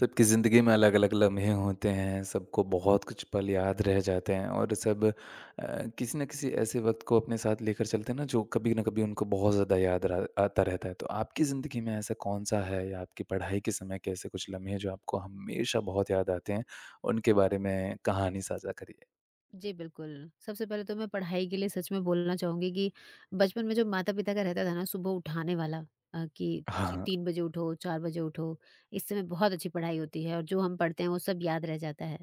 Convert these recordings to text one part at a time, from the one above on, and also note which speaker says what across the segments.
Speaker 1: सबकी ज़िंदगी में अलग-अलग लम्हे होते हैं, सबको बहुत कुछ पल याद रह जाते हैं और सब किसी न किसी ऐसे वक़्त को अपने साथ लेकर चलते हैं ना जो कभी न कभी उनको बहुत ज़्यादा याद रा आता रहता है। तो आपकी ज़िंदगी में ऐसा कौन-सा है या आपकी पढ़ाई के समय के ऐसे कुछ लम्हे जो आपको हमेशा बहुत याद आते हैं, उनके बारे में कहानी साझा करिए?
Speaker 2: जी, बिल्कुल। सबसे पहले तो मैं पढ़ाई के लिए सच में बोलना चाहूँगी कि बचपन में जो माता-पिता का रहता था ना सुबह उठाने वाला कि जी
Speaker 1: हाँ,
Speaker 2: 3 बजे उठो, 4 बजे उठो, इस समय बहुत अच्छी पढ़ाई होती है और जो हम पढ़ते हैं वो सब याद रह जाता है।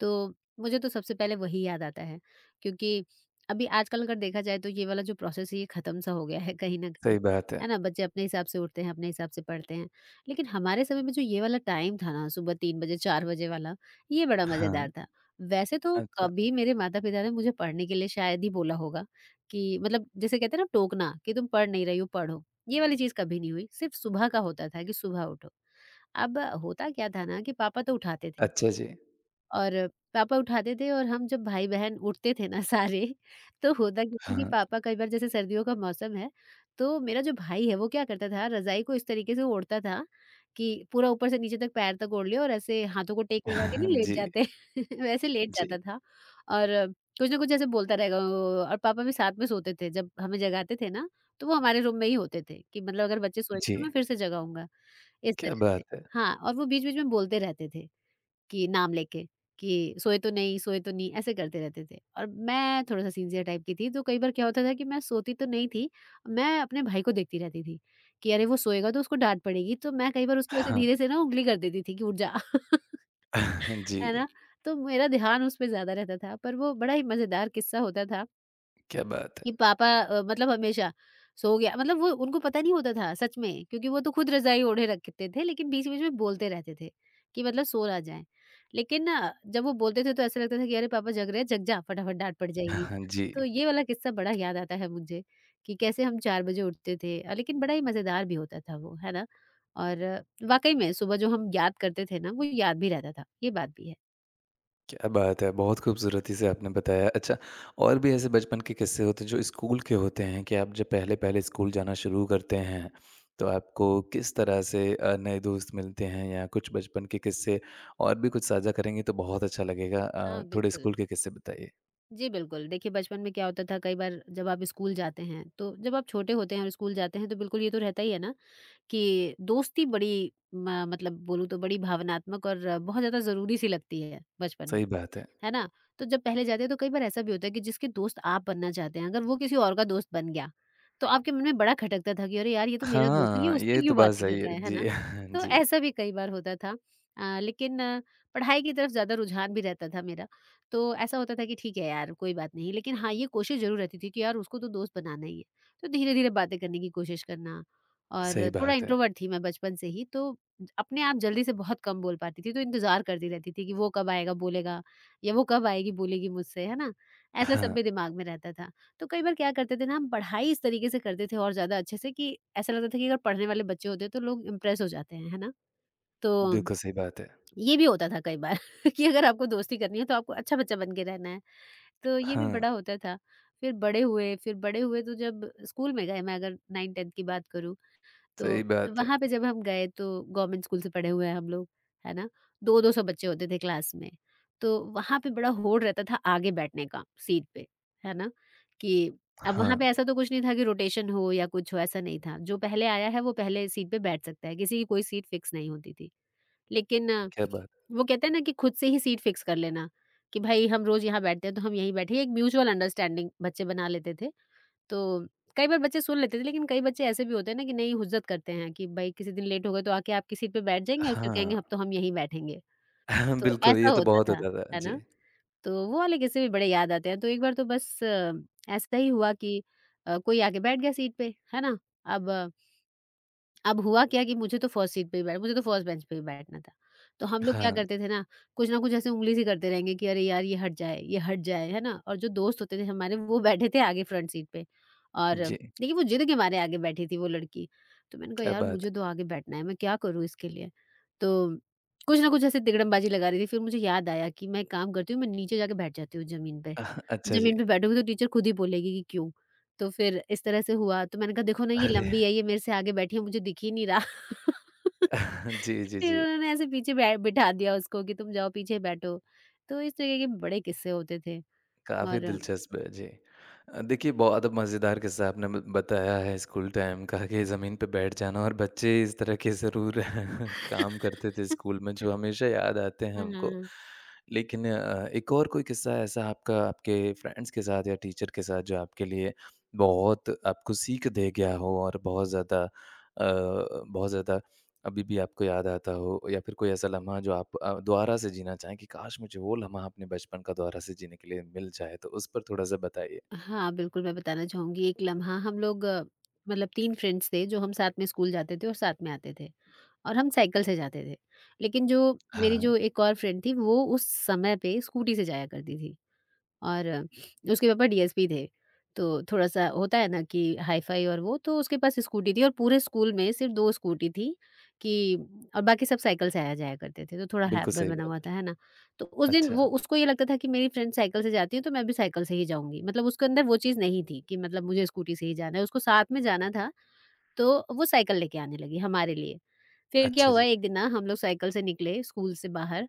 Speaker 2: तो मुझे तो सबसे पहले वही याद आता है, क्योंकि अभी आजकल अगर देखा जाए तो ये वाला जो प्रोसेस है ये ख़त्म-सा हो गया है कहीं न कहीं,
Speaker 1: सही बात है।
Speaker 2: है ना? बच्चे अपने हिसाब से उठते हैं, अपने हिसाब से पढ़ते हैं। लेकिन हमारे समय में जो ये वाला टाइम था ना, सुबह 3 बजे, 4 बजे वाला, ये बड़ा
Speaker 1: हाँ,
Speaker 2: मज़ेदार था। वैसे तो
Speaker 1: अच्छा।
Speaker 2: कभी मेरे माता-पिता ने मुझे पढ़ने के लिए शायद ही बोला होगा कि, मतलब, जैसे कहते हैं ना टोकना कि तुम पढ़ नहीं रही हो, पढ़ो। ये वाली चीज़ कभी नहीं हुई। सिर्फ़ सुबह का होता था कि सुबह उठो। अब होता क्या था ना कि पापा तो उठाते थे।
Speaker 1: अच्छा जी।
Speaker 2: और पापा उठाते थे और हम जब भाई-बहन उठते थे ना सारे, तो होता क्या था कि
Speaker 1: हाँ।
Speaker 2: पापा कई बार, जैसे सर्दियों का मौसम है, तो मेरा जो भाई है वो क्या करता था, रज़ाई को इस तरीके से ओढ़ता था कि पूरा ऊपर से नीचे तक पैर तक ओढ़ लिया और ऐसे हाथों को टेक लगा के नहीं लेट
Speaker 1: जी,
Speaker 2: जाते वैसे लेट
Speaker 1: जी,
Speaker 2: जाता था। और कुछ ना कुछ ऐसे बोलता रहेगा ओ। और पापा भी साथ में सोते थे, जब हमें जगाते थे ना, तो वो हमारे रूम में ही होते थे कि मतलब अगर बच्चे सोएंगे
Speaker 1: जी।
Speaker 2: तो मैं फिर से जगाऊँगा, इस
Speaker 1: क्या
Speaker 2: तरह से।
Speaker 1: बात है!
Speaker 2: हाँ, और वो बीच-बीच में बोलते रहते थे। कि नाम लेके, कि सोए तो नहीं, सोए तो नहीं, ऐसे करते रहते थे। और मैं थोड़ा सा सिंसियर टाइप की थी, तो कई बार क्या होता था कि मैं सोती तो नहीं थी, मैं अपने भाई को देखती रहती थी कि अरे, वो सोएगा तो उसको डांट पड़ेगी, तो मैं कई बार उसको ऐसे
Speaker 1: हाँ,
Speaker 2: धीरे से ना उंगली कर देती थी कि उठ जा।
Speaker 1: जी,
Speaker 2: है ना? तो मेरा ध्यान उस पर ज्यादा रहता था, पर वो बड़ा ही मजेदार किस्सा होता था
Speaker 1: क्या बात है!
Speaker 2: कि पापा, मतलब, हमेशा सो गया, मतलब वो उनको पता नहीं होता था सच में, क्योंकि वो तो खुद रजाई ओढ़े रखते थे, लेकिन बीच बीच में बोलते रहते थे कि मतलब सो ना जाए। लेकिन ना, जब वो बोलते थे तो ऐसा लगता था कि अरे, पापा जग रहे हैं, जग जा फटाफट, डांट पड़
Speaker 1: हाँ
Speaker 2: जाएगी।
Speaker 1: हाँ, जी,
Speaker 2: तो ये वाला किस्सा बड़ा याद आता है मुझे, कि कैसे हम 4 बजे उठते थे, लेकिन बड़ा ही मजेदार भी होता था वो, है ना? और वाकई में सुबह जो हम याद करते थे ना, वो याद भी रहता था, ये बात भी है।
Speaker 1: क्या बात है! बहुत खूबसूरती से आपने बताया। अच्छा, और भी ऐसे बचपन के किस्से होते हैं जो स्कूल के होते हैं कि आप जब पहले-पहले स्कूल जाना शुरू करते हैं, तो आपको किस तरह से नए दोस्त मिलते हैं या कुछ बचपन के किस्से और भी कुछ साझा करेंगे तो बहुत अच्छा लगेगा।
Speaker 2: हाँ,
Speaker 1: थोड़े
Speaker 2: बिल्कुल।
Speaker 1: स्कूल के किस्से बताइए।
Speaker 2: जी, बिल्कुल। देखिए, बचपन में क्या होता था, कई बार जब आप स्कूल जाते हैं, तो जब आप छोटे होते हैं और स्कूल जाते हैं, तो बिल्कुल ये तो रहता ही है ना कि दोस्ती बड़ी म मतलब बोलूँ तो बड़ी भावनात्मक और बहुत ज़्यादा ज़रूरी सी लगती है बचपन में।
Speaker 1: सही बात है।
Speaker 2: है ना? तो जब पहले जाते हैं, तो कई बार ऐसा भी होता है कि जिसके दोस्त आप बनना चाहते हैं, अगर वो किसी और का दोस्त बन गया, तो आपके मन में बड़ा खटकता था कि अरे यार, ये तो मेरा दोस्त है, ये
Speaker 1: हाँ, ये
Speaker 2: उससे
Speaker 1: तो
Speaker 2: क्यों
Speaker 1: बात
Speaker 2: बातें कर
Speaker 1: सही
Speaker 2: रहा
Speaker 1: है।
Speaker 2: है
Speaker 1: जी,
Speaker 2: ना? तो
Speaker 1: जी,
Speaker 2: ऐसा भी कई बार होता था। लेकिन पढ़ाई की तरफ ज़्यादा रुझान भी रहता था मेरा, तो ऐसा होता था कि ठीक है यार, कोई बात नहीं। लेकिन हाँ, ये कोशिश ज़रूर रहती थी कि यार, उसको तो दोस्त बनाना ही है। तो धीरे-धीरे बातें करने की कोशिश करना। और
Speaker 1: सही
Speaker 2: थोड़ा
Speaker 1: बात है।
Speaker 2: इंट्रोवर्ट थी मैं बचपन से ही, तो अपने आप जल्दी से बहुत कम बोल पाती थी, तो इंतज़ार करती रहती थी कि वो कब आएगा, बोलेगा? या वो कब आएगी, बोलेगी मुझसे, है ना? ऐसा सब
Speaker 1: हाँ,
Speaker 2: मेरे दिमाग में रहता था। तो कई बार क्या करते थे ना, हम पढ़ाई इस तरीके से करते थे और ज़्यादा अच्छे से, कि ऐसा लगता था कि अगर पढ़ने वाले बच्चे होते तो लोग इम्प्रेस हो जाते हैं, है ना? तो
Speaker 1: बिल्कुल सही बात है।
Speaker 2: ये भी होता था कई बार कि अगर आपको दोस्ती करनी है तो आपको अच्छा बच्चा बन के रहना है। तो ये भी
Speaker 1: हाँ,
Speaker 2: बड़ा होता था। फिर बड़े हुए तो जब स्कूल में गए, मैं अगर 9th 10th की बात करूँ, तो
Speaker 1: सही बात है।
Speaker 2: वहाँ पे जब हम गए, तो गवर्नमेंट स्कूल से पढ़े हुए हैं हम लोग, है ना? 2-2 सौ बच्चे होते थे क्लास में, तो वहाँ पे बड़ा होड़ रहता था आगे बैठने का सीट पे, है ना? कि अब वहाँ
Speaker 1: हाँ,
Speaker 2: पे ऐसा तो कुछ नहीं था कि रोटेशन हो या कुछ हो, ऐसा नहीं था। जो पहले आया है वो पहले सीट पे बैठ सकता है, किसी की कोई सीट फिक्स नहीं होती थी। लेकिन
Speaker 1: क्या बात
Speaker 2: वो कहते हैं ना, कि खुद से ही सीट फिक्स कर लेना, कि भाई, हम रोज़ यहाँ बैठते हैं तो हम यहीं बैठे, एक म्यूचुअल अंडरस्टैंडिंग बच्चे बना लेते थे। तो कई बार बच्चे सुन लेते थे, लेकिन कई बच्चे ऐसे भी होते हैं ना कि नहीं, हुज्जत करते हैं कि भई, किसी दिन लेट हो गए तो आके आपकी सीट पे बैठ जाएँगे और फिर कहेंगे
Speaker 1: हाँ।
Speaker 2: अब तो हम यहीं बैठेंगे।
Speaker 1: हाँ,
Speaker 2: तो
Speaker 1: बिल्कुल,
Speaker 2: ऐसा
Speaker 1: ये तो
Speaker 2: होता
Speaker 1: बहुत
Speaker 2: था,
Speaker 1: होता था।
Speaker 2: है
Speaker 1: जी।
Speaker 2: ना? तो वो वाले किस्से भी बड़े याद आते हैं। तो एक बार तो बस ऐसा ही हुआ कि कोई आके बैठ गया सीट पे, है ना? अब अब हुआ क्या कि मुझे तो फर्स्ट बेंच पे ही बैठना था। तो हम लोग क्या
Speaker 1: हाँ,
Speaker 2: करते थे ना कुछ ऐसे उँगली सी करते रहेंगे कि अरे यार, ये हट जाए, है ना? और जो दोस्त होते थे हमारे, वो बैठे थे आगे फ्रंट सीट पे, और
Speaker 1: जी,
Speaker 2: देखिए, वो जिद के मारे आगे बैठी थी वो लड़की। तो मैंने कहा,
Speaker 1: क्या
Speaker 2: यार,
Speaker 1: बात
Speaker 2: मुझे तो
Speaker 1: है!
Speaker 2: आगे बैठना है, मैं क्या करूँ इसके लिए? तो कुछ ना कुछ ऐसे तिकड़मबाजी लगा रही थी, फिर मुझे याद आया कि मैं एक काम करती हूँ, मैं नीचे जाके बैठ जाती हूँ ज़मीन पे।
Speaker 1: अच्छा जी।
Speaker 2: ज़मीन पे बैठूँगी तो टीचर खुद ही बोलेगी कि क्यों? तो फिर इस तरह से हुआ, तो मैंने कहा, देखो ना, ये
Speaker 1: अरे!
Speaker 2: लंबी है, ये मेरे से आगे बैठी है, मुझे दिख ही नहीं रहा।
Speaker 1: जी, जी,
Speaker 2: फिर
Speaker 1: जी।
Speaker 2: उन्होंने ऐसे पीछे बै बिठा दिया उसको कि तुम जाओ पीछे बैठो। तो इस तरीके के बड़े किस्से होते थे।
Speaker 1: काफ़ी
Speaker 2: और
Speaker 1: दिलचस्प है, जी। देखिए बहुत मज़ेदार किस्सा आपने ब बताया है स्कूल टाइम का कि ज़मीन पे बैठ जाना और बच्चे इस तरह के ज़रूर काम करते थे स्कूल में जो हमेशा याद आते हैं
Speaker 2: हाँ,
Speaker 1: हमको।
Speaker 2: हाँ।
Speaker 1: लेकिन एक और कोई किस्सा ऐसा आपका आपके फ्रेंड्स के साथ या टीचर के साथ जो आपके लिए बहुत आपको सीख दे गया हो और बहुत ज़्यादा बहुत ज़्यादा अभी भी आपको याद आता हो या फिर कोई ऐसा लम्हा जो आप दोबारा से जीना चाहें कि काश मुझे वो लम्हा अपने बचपन का दोबारा से जीने के लिए मिल जाए, तो उस पर थोड़ा-सा बताइए?
Speaker 2: हाँ, बिल्कुल, मैं बताना चाहूँगी एक लम्हा। हम लोग, मतलब, 3 फ्रेंड्स थे जो हम साथ में स्कूल जाते थे और साथ में आते थे, और हम साइकिल से जाते थे। लेकिन जो
Speaker 1: हाँ,
Speaker 2: मेरी
Speaker 1: हाँ।
Speaker 2: जो एक और फ्रेंड थी, वो उस समय पे स्कूटी से जाया करती थी। और उसके पापा डीएसपी थे। तो थोड़ा-सा होता है ना कि हाई-फाई और वो, तो उसके पास स्कूटी थी और पूरे स्कूल में सिर्फ 2 स्कूटी थी, कि और बाकी सब साइकिल से आया-जाया करते थे, तो थोड़ा
Speaker 1: बिल्कुल
Speaker 2: हैबिट
Speaker 1: सही
Speaker 2: बना
Speaker 1: बात
Speaker 2: हुआ
Speaker 1: है।
Speaker 2: था, है ना? तो उस दिन
Speaker 1: अच्छा,
Speaker 2: वो, उसको ये लगता था कि मेरी फ्रेंड साइकिल से जाती है, तो मैं भी साइकिल से ही जाऊँगी। मतलब उसके अंदर वो चीज़ नहीं थी कि मतलब मुझे स्कूटी से ही जाना है, उसको साथ में जाना था, तो वो साइकिल लेके आने लगी हमारे लिए। फिर क्या
Speaker 1: अच्छा
Speaker 2: हुआ,
Speaker 1: जी।
Speaker 2: एक दिन ना हम लोग साइकिल से निकले स्कूल से बाहर,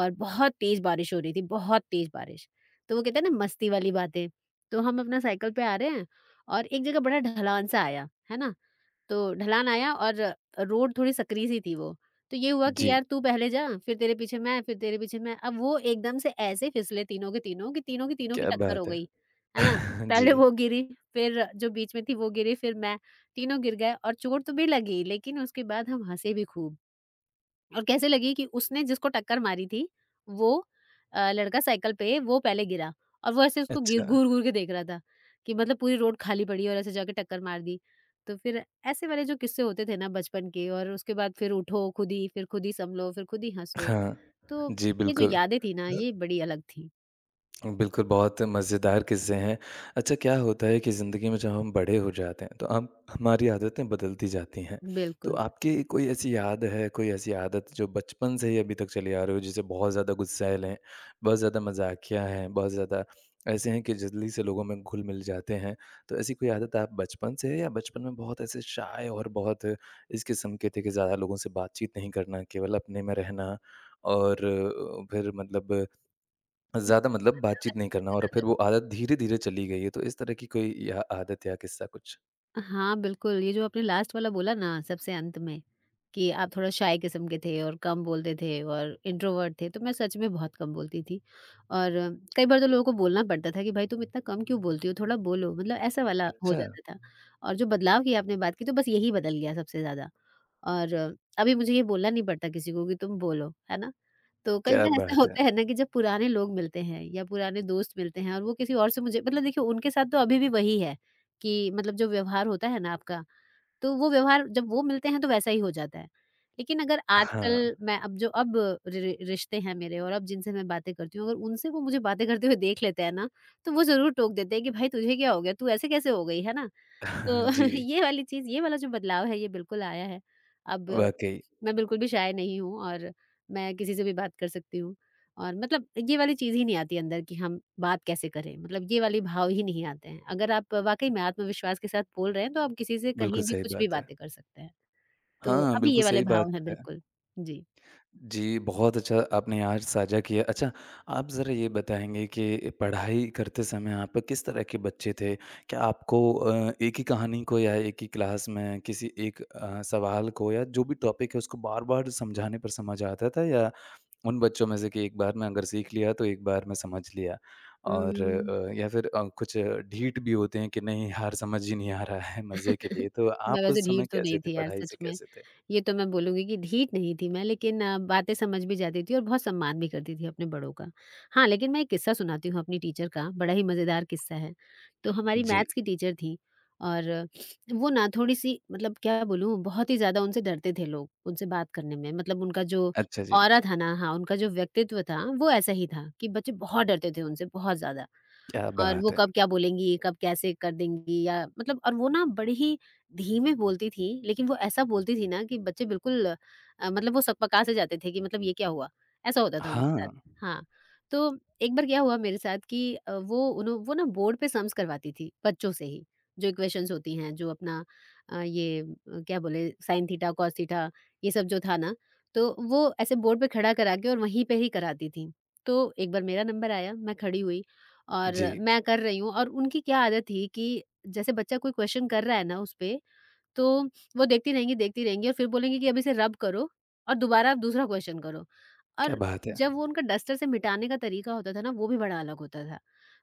Speaker 2: और बहुत तेज बारिश हो रही थी, बहुत तेज बारिश। तो वो कहते हैं ना मस्ती वाली बातें, तो हम अपना साइकिल पे आ रहे हैं और एक जगह बड़ा ढलान सा आया, है ना? तो ढलान आया, और रोड थोड़ी सकरी सी थी वो। तो ये हुआ कि
Speaker 1: जी,
Speaker 2: यार तू पहले जा, फिर तेरे पीछे मैं, फिर तेरे पीछे मैं। अब वो एकदम से ऐसे फिसले तीनों के तीनों कि तीनों की
Speaker 1: क्या
Speaker 2: टक्कर हो
Speaker 1: बात है!
Speaker 2: गई, है ना?
Speaker 1: जी,
Speaker 2: पहले वो गिरी, फिर जो बीच में थी वो गिरी, फिर मैं, तीनों गिर गए और चोट तो भी लगी लेकिन उसके बाद हम हँसे भी खूब। और कैसे लगी कि उसने जिसको टक्कर मारी थी वो लड़का साइकिल पे वो पहले गिरा और वो ऐसे उसको घिर
Speaker 1: अच्छा।
Speaker 2: घूर-घूर के देख रहा था कि मतलब पूरी रोड खाली पड़ी है और ऐसे जाके टक्कर मार दी। तो फिर ऐसे वाले जो किस्से होते थे ना बचपन के और उसके बाद फिर उठो खुद ही, फिर खुद ही सँभलो, फिर खुद ही हँसो।
Speaker 1: हाँ,
Speaker 2: तो
Speaker 1: जी
Speaker 2: ये जो
Speaker 1: बिल्कुल।
Speaker 2: यादें थी ना ये बड़ी अलग थी।
Speaker 1: बिल्कुल, बहुत मज़ेदार किस्से हैं। अच्छा क्या होता है कि ज़िंदगी में जब हम बड़े हो जाते हैं, तो हम हमारी आदतें बदलती जाती हैं। तो
Speaker 2: बिल्कुल।
Speaker 1: आपकी कोई ऐसी याद है, कोई ऐसी आदत जो बचपन से ही अभी तक चली आ रही हो जिसे बहुत ज़्यादा गुस्सैल हैं, बहुत ज़्यादा मज़ाकिया हैं, बहुत ज़्यादा ऐसे हैं कि जल्दी से लोगों में घुल-मिल जाते हैं। तो ऐसी कोई आदत आप बचपन से है या बचपन में बहुत ऐसे शाय और बहुत इस किस्म के थे कि ज़्यादा लोगों से बातचीत नहीं करना, केवल अपने में रहना और फिर मतलब ज़्यादा मतलब बातचीत नहीं करना और फिर वो आदत धीरे-धीरे चली गई है, तो इस तरह की कोई या आदत या किस्सा कुछ?
Speaker 2: हाँ, बिल्कुल ये जो आपने लास्ट वाला बोला ना सबसे अंत में कि आप थोड़ा शाय किस्म के थे और कम बोलते थे और इंट्रोवर्ट थे, तो मैं सच में बहुत कम बोलती थी। और कई बार तो लोगों को बोलना पड़ता था कि भाई तुम इतना कम क्यों बोलती हो, थोड़ा बोलो, मतलब ऐसा वाला हो
Speaker 1: अच्छा,
Speaker 2: जाता था। और जो बदलाव की आपने बात की तो बस यही बदल गया सबसे ज़्यादा। और अभी मुझे ये बोलना नहीं पड़ता किसी को कि तुम बोलो, है ना? तो कई
Speaker 1: क्या
Speaker 2: बार ऐसा
Speaker 1: बात है!
Speaker 2: होता है ना कि जब पुराने लोग मिलते हैं या पुराने दोस्त मिलते हैं और वो किसी और से मुझे मतलब देखिए उनके साथ तो अभी भी वही है कि मतलब जो व्यवहार होता है ना आपका तो वो व्यवहार जब वो मिलते हैं तो वैसा ही हो जाता है। लेकिन अगर
Speaker 1: हाँ,
Speaker 2: आजकल मैं अब जो अब रि रिश्ते हैं मेरे और अब जिनसे मैं बातें करती हूँ, अगर उनसे वो मुझे बातें करते हुए देख लेते हैं ना, तो वो ज़रूर टोक देते हैं कि भाई तुझे क्या हो गया? तू ऐसे कैसे हो गई? है ना? तो
Speaker 1: जी,
Speaker 2: ये वाली चीज़ ये वाला जो बदलाव है ये बिल्कुल आया है। अब
Speaker 1: वाक़ई,
Speaker 2: मैं बिल्कुल भी शाय नहीं हूँ और मैं किसी से भी बात कर सकती हूँ और मतलब ये वाली चीज़ ही नहीं आती अंदर कि हम बात कैसे करें मतलब ये वाले भाव ही नहीं आते हैं। अगर आप वाक़ई में आत्मविश्वास के साथ बोल रहे हैं तो आप किसी से कहीं
Speaker 1: बिल्कुल
Speaker 2: भी
Speaker 1: सही
Speaker 2: कुछ भी
Speaker 1: बात है।
Speaker 2: बातें कर सकते हैं। तो
Speaker 1: हाँ,
Speaker 2: अभी ये
Speaker 1: बिल्कुल
Speaker 2: वाले
Speaker 1: सही
Speaker 2: भाव
Speaker 1: बात
Speaker 2: हैं
Speaker 1: है।
Speaker 2: बिल्कुल। जी।
Speaker 1: जी, बहुत अच्छा आपने आज साझा किया। अच्छा, आप ज़रा ये बताएँगे कि पढ़ाई करते समय आप किस तरह के बच्चे थे? क्या आपको एक ही कहानी को या एक ही क्लास में किसी एक सवाल को या जो भी टॉपिक है उसको बार-बार समझाने पर समझ आता था या उन बच्चों में से कि एक बार में अगर सीख लिया तो एक बार में समझ लिया? और
Speaker 2: उम,
Speaker 1: या फिर कुछ ढीठ भी होते हैं कि नहीं यार समझ ही नहीं आ रहा है मज़े के लिए। तो
Speaker 2: मैं
Speaker 1: आप
Speaker 2: वैसे
Speaker 1: उस समय
Speaker 2: ढीठ तो
Speaker 1: कैसे
Speaker 2: नहीं
Speaker 1: थे?
Speaker 2: थी यार
Speaker 1: पढ़ाई
Speaker 2: सच
Speaker 1: से
Speaker 2: में।
Speaker 1: कैसे थे?
Speaker 2: ये तो मैं बोलूँगी कि ढीठ नहीं थी मैं लेकिन बातें समझ भी जाती थी और बहुत सम्मान भी करती थी अपने बड़ों का। हाँ, लेकिन मैं एक किस्सा सुनाती हूँ अपनी टीचर का, बड़ा ही मज़ेदार किस्सा है। तो हमारी
Speaker 1: जी,
Speaker 2: मैथ्स की टीचर थी और वो ना थोड़ी-सी मतलब क्या बोलूँ बहुत ही ज़्यादा उनसे डरते थे लोग, उनसे बात करने में। मतलब उनका जो
Speaker 1: अच्छा जी,
Speaker 2: ऑरा था ना हाँ, उनका जो व्यक्तित्व था वो ऐसा ही था कि बच्चे बहुत डरते थे उनसे, बहुत ज़्यादा।
Speaker 1: क्या
Speaker 2: और वो
Speaker 1: बात है!
Speaker 2: कब क्या बोलेंगी, कब कैसे कर देंगी या मतलब और वो ना बड़ी ही धीमे बोलती थी, लेकिन वो ऐसा बोलती थी ना कि बच्चे बिल्कुल मतलब वो सकपका से जाते थे कि मतलब ये क्या हुआ? ऐसा होता था उनके
Speaker 1: हाँ,
Speaker 2: साथ। हाँ, तो एक बार क्या हुआ मेरे साथ कि वो उन्हो वो ना बोर्ड पे सम्स करवाती थी बच्चों से ही, जो इक्वेशंस होती हैं, जो अपना अ, ये अ, क्या बोले साइन थीटा, कॉस थीटा ये सब जो था ना, तो वो ऐसे बोर्ड पे खड़ा करा के और वहीं पे ही कराती थी। तो एक बार मेरा नंबर आया, मैं खड़ी हुई और
Speaker 1: जी,
Speaker 2: मैं कर रही हूँ और उनकी क्या आदत थी कि जैसे बच्चा कोई क्वेश्चन कर रहा है ना उसपे, तो वो देखती रहेंगी और फिर बोलेंगी कि अब इसे रब करो और दोबारा आप दूसरा क्वेश्चन करो।
Speaker 1: क्या
Speaker 2: और
Speaker 1: बात है!
Speaker 2: जब वो उनका डस्टर से मिटाने का तरीका होता था ना, वो भी बड़ा अलग होता था।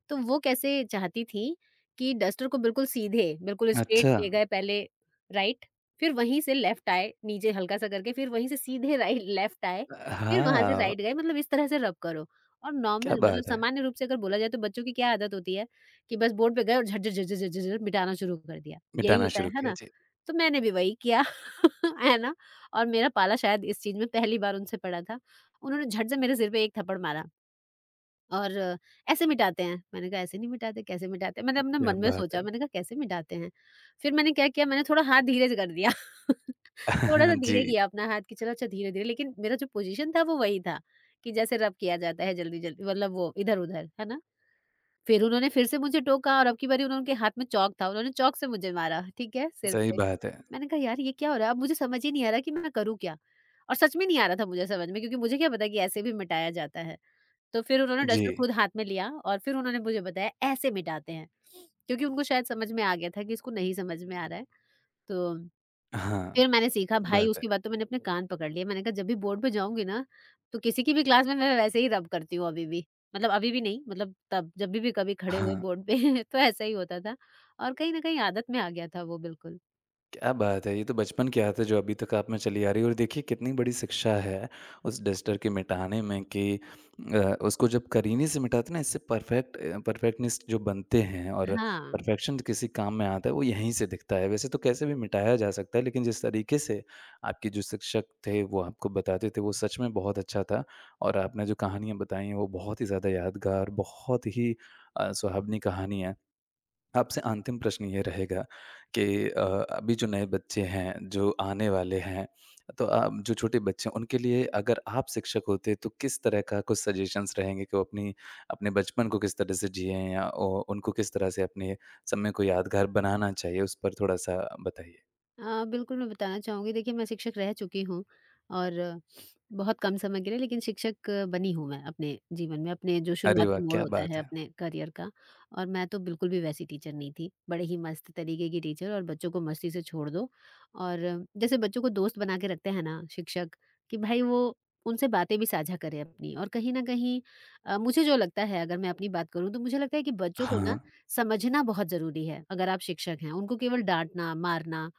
Speaker 2: तो वो कैसे चाहती थीं कि डस्टर को बिल्कुल सीधे, बिल्कुल स्ट्रेट
Speaker 1: अच्छा,
Speaker 2: ले गए पहले राइट, फिर वहीं से लेफ्ट आए, नीचे हल्का-सा करके, फिर वहीं से सीधे राइ लेफ्ट आए, फिर वहाँ से
Speaker 1: हाँ,
Speaker 2: राइट गए, मतलब इस तरह से रब करो। और
Speaker 1: क्या
Speaker 2: नॉर्मल मतलब
Speaker 1: बात है!
Speaker 2: सामान्य रूप से अगर बोला जाए तो बच्चों की क्या आदत होती है कि बस बोर्ड पे गए और झट, झट, झट, झट, झट, झट, झट मिटाना शुरू कर दिया। यही
Speaker 1: मिटाना
Speaker 2: होता
Speaker 1: शुरू
Speaker 2: है
Speaker 1: किया,
Speaker 2: ना?
Speaker 1: जी,
Speaker 2: तो मैंने भी वही किया, है ना? और मेरा पाला शायद इस चीज़ में पहली बार उनसे पड़ा था। उन्होंने झट से मेरे सिर पे एक थप्पड़ मारा और ऐसे मिटाते हैं। मैंने कहा ऐसे नहीं मिटाते, कैसे मिटाते हैं? मैंने अपने
Speaker 1: क्या
Speaker 2: मन में
Speaker 1: बात
Speaker 2: सोचा,
Speaker 1: है!
Speaker 2: मैंने कहा कैसे मिटाते हैं? फिर मैंने क्या किया मैंने थोड़ा हाथ धीरे से कर दिया। थोड़ा-सा
Speaker 1: जी,
Speaker 2: धीरे किया अपना हाथ कि चलो अच्छा धीरे-धीरे लेकिन मेरा जो पोज़ीशन था वो वही था, कि जैसे रब किया जाता है जल्दी-जल्दी मतलब वो इधर-उधर, है ना? फिर उन्होंने फिर से मुझे टोका और अब की बारी उन्होंने उनके हाथ में चॉक था, उन्होंने चॉक से मुझे मारा, ठीक है? सिर
Speaker 1: सही
Speaker 2: पे।
Speaker 1: बात है।
Speaker 2: मैंने कहा यार ये क्या हो रहा है? अब मुझे समझ ही नहीं आ रहा कि मैं करूँ क्या? और सच में नहीं आ रहा था मुझे समझ में क्योंकि मुझे क्या पता कि ऐसे भी मिटाया जाता है। तो फिर उन्होंने
Speaker 1: जी,
Speaker 2: डस्टर खुद हाथ में लिया और फिर उन्होंने मुझे बताया ऐसे मिटाते हैं। क्योंकि उनको शायद समझ में आ गया था कि इसको नहीं समझ में आ रहा है। तो
Speaker 1: हाँ,
Speaker 2: फिर मैंने सीखा
Speaker 1: क्या
Speaker 2: भाई
Speaker 1: बात है,
Speaker 2: उसके बाद तो मैंने अपने कान पकड़ लिए। मैंने कहा जब भी बोर्ड पे जाऊँगी ना, तो किसी की भी क्लास में मैं वैसे ही रब करती हूँ अभी भी। मतलब अभी भी नहीं मतलब तब जब भी कभी खड़े हुए
Speaker 1: हाँ।
Speaker 2: बोर्ड पे तो ऐसा ही होता था और कहीं न कहीं आदत में आ गया था वो बिल्कुल।
Speaker 1: क्या बात है! ये तो बचपन की आदत है जो अभी तक आप में चली आ रही है और देखिए कितनी बड़ी शिक्षा है उस डस्टर के मिटाने में कि उसको जब करीने से मिटाते हैं ना इससे परफेक्ट परफेक्टनिस्ट जो बनते हैं और
Speaker 2: हाँ।
Speaker 1: परफेक्शन किसी काम में आता है वो यहीं से दिखता है। वैसे तो कैसे भी मिटाया जा सकता है लेकिन जिस तरीके से आपके जो शिक्षक थे वो आपको बताते थे वो सच में बहुत अच्छा था और आपने जो कहानियाँ बताई हैं वो बहुत ही ज़्यादा यादगार बहुत ही सुहावनी कहानी है। आपसे अंतिम प्रश्न ये रहेगा कि अभी जो नए बच्चे हैं, जो आने वाले हैं, तो आप जो छोटे बच्चे हैं, उनके लिए अगर आप शिक्षक होते तो किस तरह का कुछ सजेशंस रहेंगे कि वो अपनी अपने बचपन को किस तरह से जिएँ या ओ उनको किस तरह से अपने समय को यादगार बनाना चाहिए, उस पर थोड़ा-सा बताइए?
Speaker 2: हाँ, बिल्कुल मैं बताना चाहूँगी। देखिए, मैं शिक्षक रह चुकी हूँ और बहुत कम समय के लिए लेकिन शिक्षक बनी हूँ मैं अपने जीवन में, अपने जो
Speaker 1: अरे
Speaker 2: शुरुआती
Speaker 1: वाह!
Speaker 2: मोड़
Speaker 1: क्या
Speaker 2: होता
Speaker 1: बात
Speaker 2: है
Speaker 1: है।
Speaker 2: अपने करियर का और मैं तो बिल्कुल भी वैसी टीचर नहीं थी। बड़े ही मस्त तरीके की टीचर और बच्चों को मस्ती से छोड़ दो और जैसे बच्चों को दोस्त बना के रखते हैं ना शिक्षक कि भाई वो उनसे बातें भी साझा करें अपनी और कहीं न कहीं मुझे जो लगता है अगर मैं अपनी बात करूँ तो मुझे लगता है कि बच्चों को ना
Speaker 1: हाँ,
Speaker 2: समझना बहुत ज़रूरी है, अगर आप शिक्षक हैं। उनको केवल डाँटना, मारना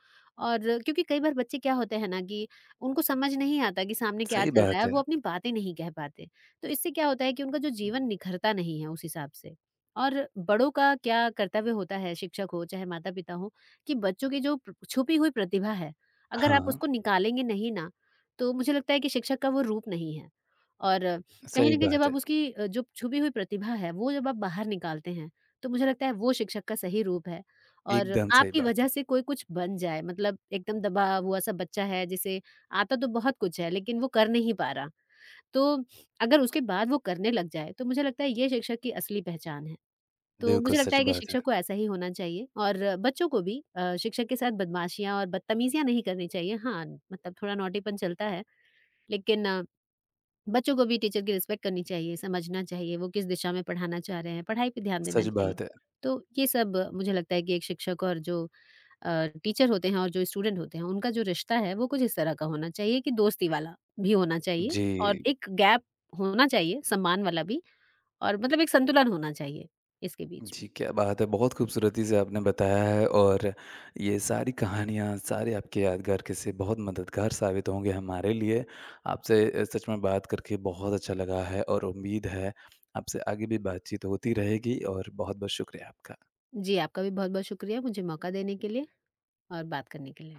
Speaker 2: और क्योंकि कई बार बच्चे क्या होते हैं ना कि उनको समझ नहीं आता कि सामने क्या
Speaker 1: सही
Speaker 2: चल रहा है
Speaker 1: बात
Speaker 2: और
Speaker 1: है।
Speaker 2: वो अपनी बातें नहीं कह पाते। तो इससे क्या होता है कि उनका जो जीवन निखरता नहीं है उस हिसाब से। और बड़ों का क्या कर्तव्य होता है, शिक्षक हो चाहे माता-पिता हो, कि बच्चों की जो प्र छुपी हुई प्रतिभा है, अगर आप
Speaker 1: हाँ,
Speaker 2: उसको निकालेंगे नहीं ना, तो मुझे लगता है कि शिक्षक का वो रूप नहीं है। और कहीं
Speaker 1: सही
Speaker 2: न कहीं जब
Speaker 1: बात
Speaker 2: आप
Speaker 1: है।
Speaker 2: उसकी जो छुपी हुई प्रतिभा है, वो जब आप बाहर निकालते हैं, तो मुझे लगता है वो शिक्षक का सही रूप है। और
Speaker 1: एकदम सही
Speaker 2: आपकी
Speaker 1: बात
Speaker 2: वजह
Speaker 1: है।
Speaker 2: से कोई कुछ बन जाए मतलब एकदम दबा हुआ सा बच्चा है जिसे आता तो बहुत कुछ है लेकिन वो कर नहीं पा रहा। तो अगर उसके बाद वो करने लग जाए तो मुझे लगता है ये शिक्षक की असली पहचान है। तो
Speaker 1: बिल्कुल
Speaker 2: मुझे लगता
Speaker 1: सच
Speaker 2: है कि
Speaker 1: बात है।
Speaker 2: शिक्षक को ऐसा ही होना चाहिए और बच्चों को भी शिक्षक के साथ बदमाशियाँ और बदतमीज़ियाँ नहीं करनी चाहिए। हाँ, मतलब थोड़ा नौटीपन चलता है लेकिन बच्चों को भी टीचर की रिस्पेक्ट करनी चाहिए, समझना चाहिए, वो किस दिशा में पढ़ाना चाह रहे हैं, पढ़ाई पे ध्यान देना
Speaker 1: सच
Speaker 2: चाहिए।
Speaker 1: बात है।
Speaker 2: तो ये सब मुझे लगता है कि एक शिक्षक और जो टीचर होते हैं और जो स्टूडेंट होते हैं, उनका जो रिश्ता है, वो कुछ इस तरह का होना चाहिए कि दोस्ती वाला भी होना चाहिए
Speaker 1: जी।
Speaker 2: और एक गैप होना चाहिए, सम्मान वाला भी और मतलब एक संतुलन होना चाहिए इसके बीच में।
Speaker 1: जी, क्या बात है! बहुत खूबसूरती से आपने बताया है और ये सारी कहानियाँ, सारे आपके यादगार किस्से बहुत मददगार साबित होंगे हमारे लिए। आपसे सच में बात करके बहुत अच्छा लगा है और उम्मीद है आपसे आगे भी बातचीत होती रहेगी और बहुत-बहुत शुक्रिया आपका।
Speaker 2: जी, आपका भी बहुत-बहुत शुक्रिया मुझे मौका देने के लिए और बात करने के लिए।